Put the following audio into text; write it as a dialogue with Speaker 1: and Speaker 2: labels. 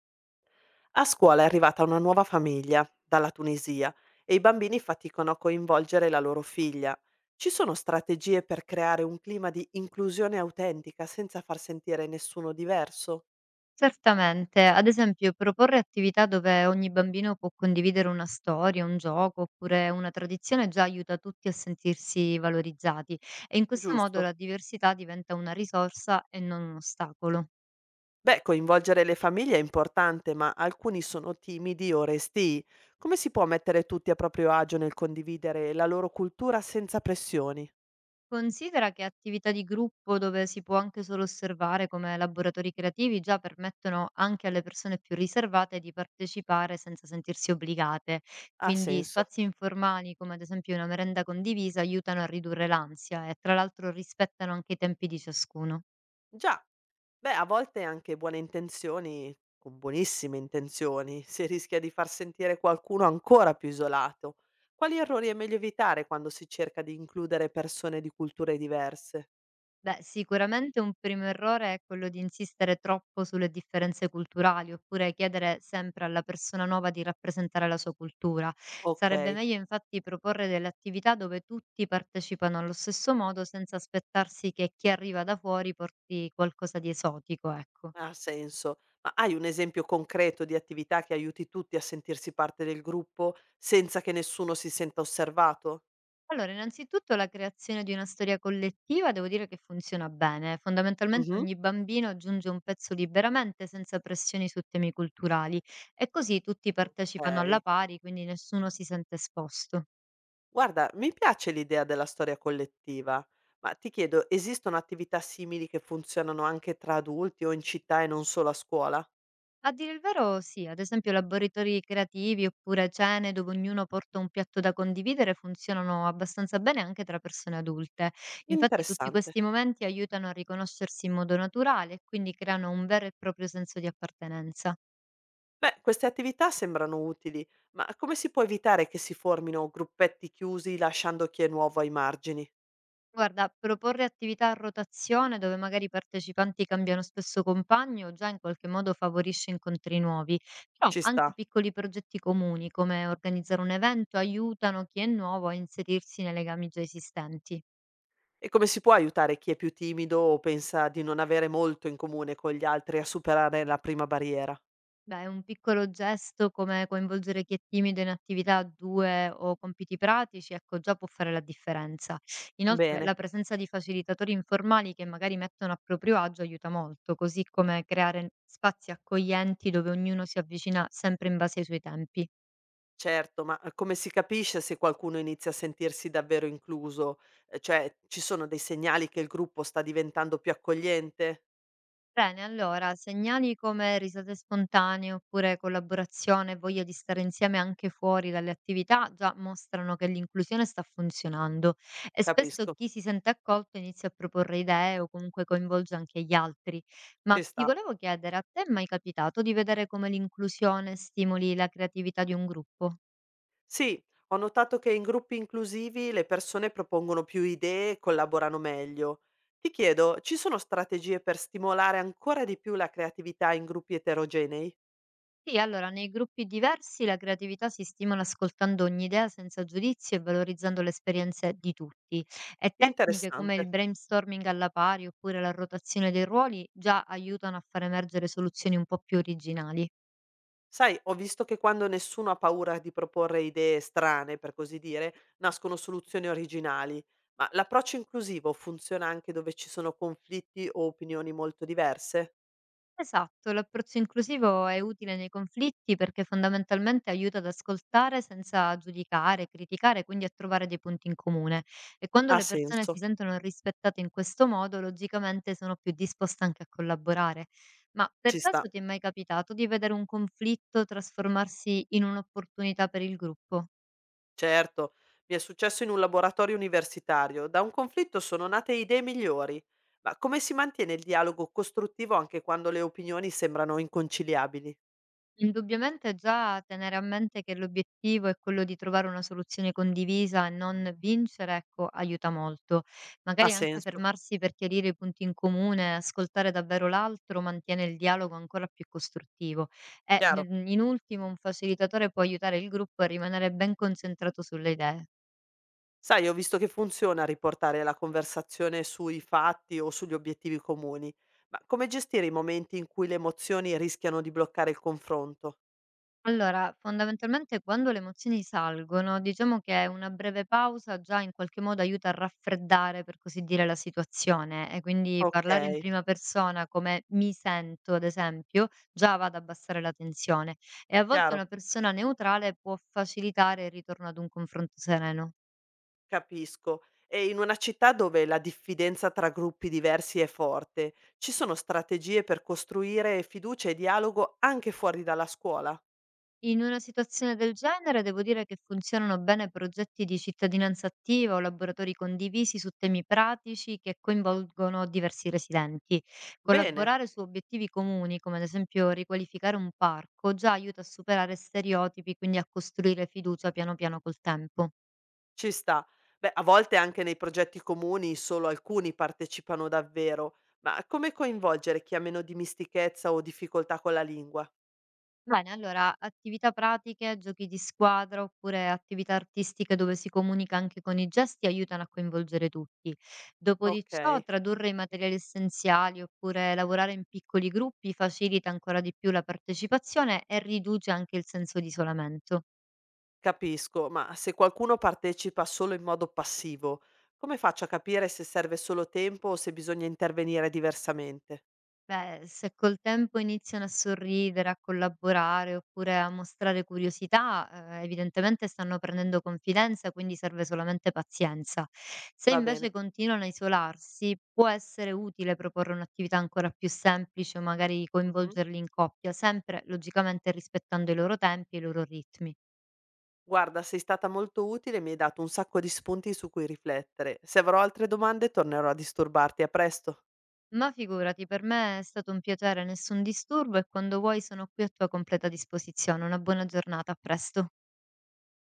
Speaker 1: A scuola è arrivata una nuova famiglia dalla Tunisia e i bambini faticano a coinvolgere la loro figlia. Ci sono strategie per creare un clima di inclusione autentica senza far sentire nessuno diverso?
Speaker 2: Certamente, ad esempio proporre attività dove ogni bambino può condividere una storia, un gioco oppure una tradizione già aiuta tutti a sentirsi valorizzati e in questo modo
Speaker 1: Giusto.
Speaker 2: la diversità diventa una risorsa e non un ostacolo.
Speaker 1: Beh, coinvolgere le famiglie è importante, ma alcuni sono timidi o restii. Come si può mettere tutti a proprio agio nel condividere la loro cultura senza pressioni?
Speaker 2: Considera che attività di gruppo dove si può anche solo osservare come laboratori creativi già permettono anche alle persone più riservate di partecipare senza sentirsi obbligate.
Speaker 1: Ha
Speaker 2: Quindi
Speaker 1: senso.
Speaker 2: spazi informali come ad esempio una merenda condivisa aiutano a ridurre l'ansia e tra l'altro rispettano anche i tempi di ciascuno.
Speaker 1: Già. Beh, a volte anche buone intenzioni, con buonissime intenzioni, si rischia di far sentire qualcuno ancora più isolato. Quali errori è meglio evitare quando si cerca di includere persone di culture diverse?
Speaker 2: Beh, sicuramente un primo errore è quello di insistere troppo sulle differenze culturali oppure chiedere sempre alla persona nuova di rappresentare la sua cultura.
Speaker 1: Ok,
Speaker 2: Sarebbe meglio infatti proporre delle attività dove tutti partecipano allo stesso modo senza aspettarsi che chi arriva da fuori porti qualcosa di esotico, ecco.
Speaker 1: ha senso. Ma hai un esempio concreto di attività che aiuti tutti a sentirsi parte del gruppo senza che nessuno si senta osservato?
Speaker 2: Allora, innanzitutto la creazione di una storia collettiva devo dire che funziona bene. Fondamentalmente
Speaker 1: Mhm.
Speaker 2: ogni bambino aggiunge un pezzo liberamente senza pressioni su temi culturali e così tutti
Speaker 1: Ok.
Speaker 2: partecipano alla pari, quindi nessuno si sente esposto.
Speaker 1: Guarda, mi piace l'idea della storia collettiva, ma ti chiedo, esistono attività simili che funzionano anche tra adulti o in città e non solo a scuola?
Speaker 2: A dire il vero, sì, ad esempio laboratori creativi oppure cene dove ognuno porta un piatto da condividere funzionano abbastanza bene anche tra persone adulte. Infatti tutti
Speaker 1: Interessante.
Speaker 2: questi momenti aiutano a riconoscersi in modo naturale e quindi creano un vero e proprio senso di appartenenza.
Speaker 1: Beh, queste attività sembrano utili, ma come si può evitare che si formino gruppetti chiusi lasciando chi è nuovo ai margini?
Speaker 2: Guarda, proporre attività a rotazione dove magari i partecipanti cambiano spesso compagno già in qualche modo favorisce incontri nuovi, però
Speaker 1: Ci sta.
Speaker 2: anche piccoli progetti comuni come organizzare un evento aiutano chi è nuovo a inserirsi nei legami già esistenti.
Speaker 1: E come si può aiutare chi è più timido o pensa di non avere molto in comune con gli altri a superare la prima barriera?
Speaker 2: Beh, un piccolo gesto come coinvolgere chi è timido in attività 2 o compiti pratici, ecco, già può fare la differenza. Inoltre,
Speaker 1: Bene.
Speaker 2: la presenza di facilitatori informali che magari mettono a proprio agio aiuta molto, così come creare spazi accoglienti dove ognuno si avvicina sempre in base ai suoi tempi.
Speaker 1: Certo, ma, come si capisce se qualcuno inizia a sentirsi davvero incluso? Cioè, ci sono dei segnali che il gruppo sta diventando più accogliente?
Speaker 2: Bene, allora, segnali come risate spontanee oppure collaborazione, voglia di stare insieme anche fuori dalle attività già mostrano che l'inclusione sta funzionando e spesso
Speaker 1: Capisco,
Speaker 2: chi si sente accolto inizia a proporre idee o comunque coinvolge anche gli altri. Ma
Speaker 1: ci
Speaker 2: ti
Speaker 1: sta.
Speaker 2: volevo chiedere, a te è mai capitato di vedere come l'inclusione stimoli la creatività di un gruppo?
Speaker 1: Sì, ho notato che in gruppi inclusivi le persone propongono più idee e collaborano meglio. Ti chiedo, ci sono strategie per stimolare ancora di più la creatività in gruppi eterogenei?
Speaker 2: Sì, allora, nei gruppi diversi la creatività si stimola ascoltando ogni idea senza giudizio e valorizzando le esperienze di tutti. E tecniche come
Speaker 1: Interessante.
Speaker 2: il brainstorming alla pari oppure la rotazione dei ruoli già aiutano a far emergere soluzioni un po' più originali.
Speaker 1: Sai, ho visto che quando nessuno ha paura di proporre idee strane, per così dire, nascono soluzioni originali, ma l'approccio inclusivo funziona anche dove ci sono conflitti o opinioni molto diverse?
Speaker 2: Esatto, l'approccio inclusivo è utile nei conflitti perché fondamentalmente aiuta ad ascoltare senza giudicare, criticare, quindi a trovare dei punti in comune. E quando
Speaker 1: Ha
Speaker 2: le persone si
Speaker 1: senso,
Speaker 2: sentono rispettate in questo modo, logicamente sono più disposte anche a collaborare. Ma per
Speaker 1: ci sta.
Speaker 2: caso ti è mai capitato di vedere un conflitto trasformarsi in un'opportunità per il gruppo?
Speaker 1: Certo, mi è successo in un laboratorio universitario, da un conflitto sono nate idee migliori, ma come si mantiene il dialogo costruttivo anche quando le opinioni sembrano inconciliabili?
Speaker 2: Indubbiamente già tenere a mente che l'obiettivo è quello di trovare una soluzione condivisa e non vincere, ecco, aiuta molto.
Speaker 1: Ha
Speaker 2: Magari anche
Speaker 1: senso,
Speaker 2: fermarsi per chiarire i punti in comune, ascoltare davvero l'altro, mantiene il dialogo ancora più costruttivo. E
Speaker 1: chiaro.
Speaker 2: in ultimo, un facilitatore può aiutare il gruppo a rimanere ben concentrato sulle idee.
Speaker 1: Sai, ho visto che funziona riportare la conversazione sui fatti o sugli obiettivi comuni, ma come gestire i momenti in cui le emozioni rischiano di bloccare il confronto?
Speaker 2: Allora, fondamentalmente quando le emozioni salgono, diciamo che una breve pausa già in qualche modo aiuta a raffreddare, per così dire, la situazione e quindi
Speaker 1: Ok,
Speaker 2: parlare in prima persona come mi sento, ad esempio, già va ad abbassare la tensione e a volte
Speaker 1: chiaro,
Speaker 2: una persona neutrale può facilitare il ritorno ad un confronto sereno.
Speaker 1: capisco. E in una città dove la diffidenza tra gruppi diversi è forte, ci sono strategie per costruire fiducia e dialogo anche fuori dalla scuola?
Speaker 2: In una situazione del genere devo dire che funzionano bene progetti di cittadinanza attiva o laboratori condivisi su temi pratici che coinvolgono diversi residenti.
Speaker 1: Bene.
Speaker 2: Collaborare su obiettivi comuni, come ad esempio riqualificare un parco, già aiuta a superare stereotipi, quindi a costruire fiducia piano piano col tempo.
Speaker 1: Ci sta. Beh, a volte anche nei progetti comuni solo alcuni partecipano davvero, ma come coinvolgere chi ha meno dimestichezza o difficoltà con la lingua?
Speaker 2: Bene, allora, attività pratiche, giochi di squadra oppure attività artistiche dove si comunica anche con i gesti aiutano a coinvolgere tutti. Dopo di ciò,
Speaker 1: Ok,
Speaker 2: tradurre i materiali essenziali oppure lavorare in piccoli gruppi facilita ancora di più la partecipazione e riduce anche il senso di isolamento.
Speaker 1: capisco, ma se qualcuno partecipa solo in modo passivo, come faccio a capire se serve solo tempo o se bisogna intervenire diversamente?
Speaker 2: Beh, se col tempo iniziano a sorridere, a collaborare oppure a mostrare curiosità, evidentemente stanno prendendo confidenza, quindi serve solamente pazienza. Se
Speaker 1: Va bene.
Speaker 2: invece continuano a isolarsi, può essere utile proporre un'attività ancora più semplice o magari
Speaker 1: Mhm.
Speaker 2: coinvolgerli in coppia, sempre logicamente rispettando i loro tempi e i loro ritmi.
Speaker 1: Guarda, sei stata molto utile e mi hai dato un sacco di spunti su cui riflettere. Se avrò altre domande tornerò a disturbarti. A presto.
Speaker 2: Ma figurati, per me è stato un piacere, nessun disturbo e quando vuoi sono qui a tua completa disposizione. Una buona giornata, a presto.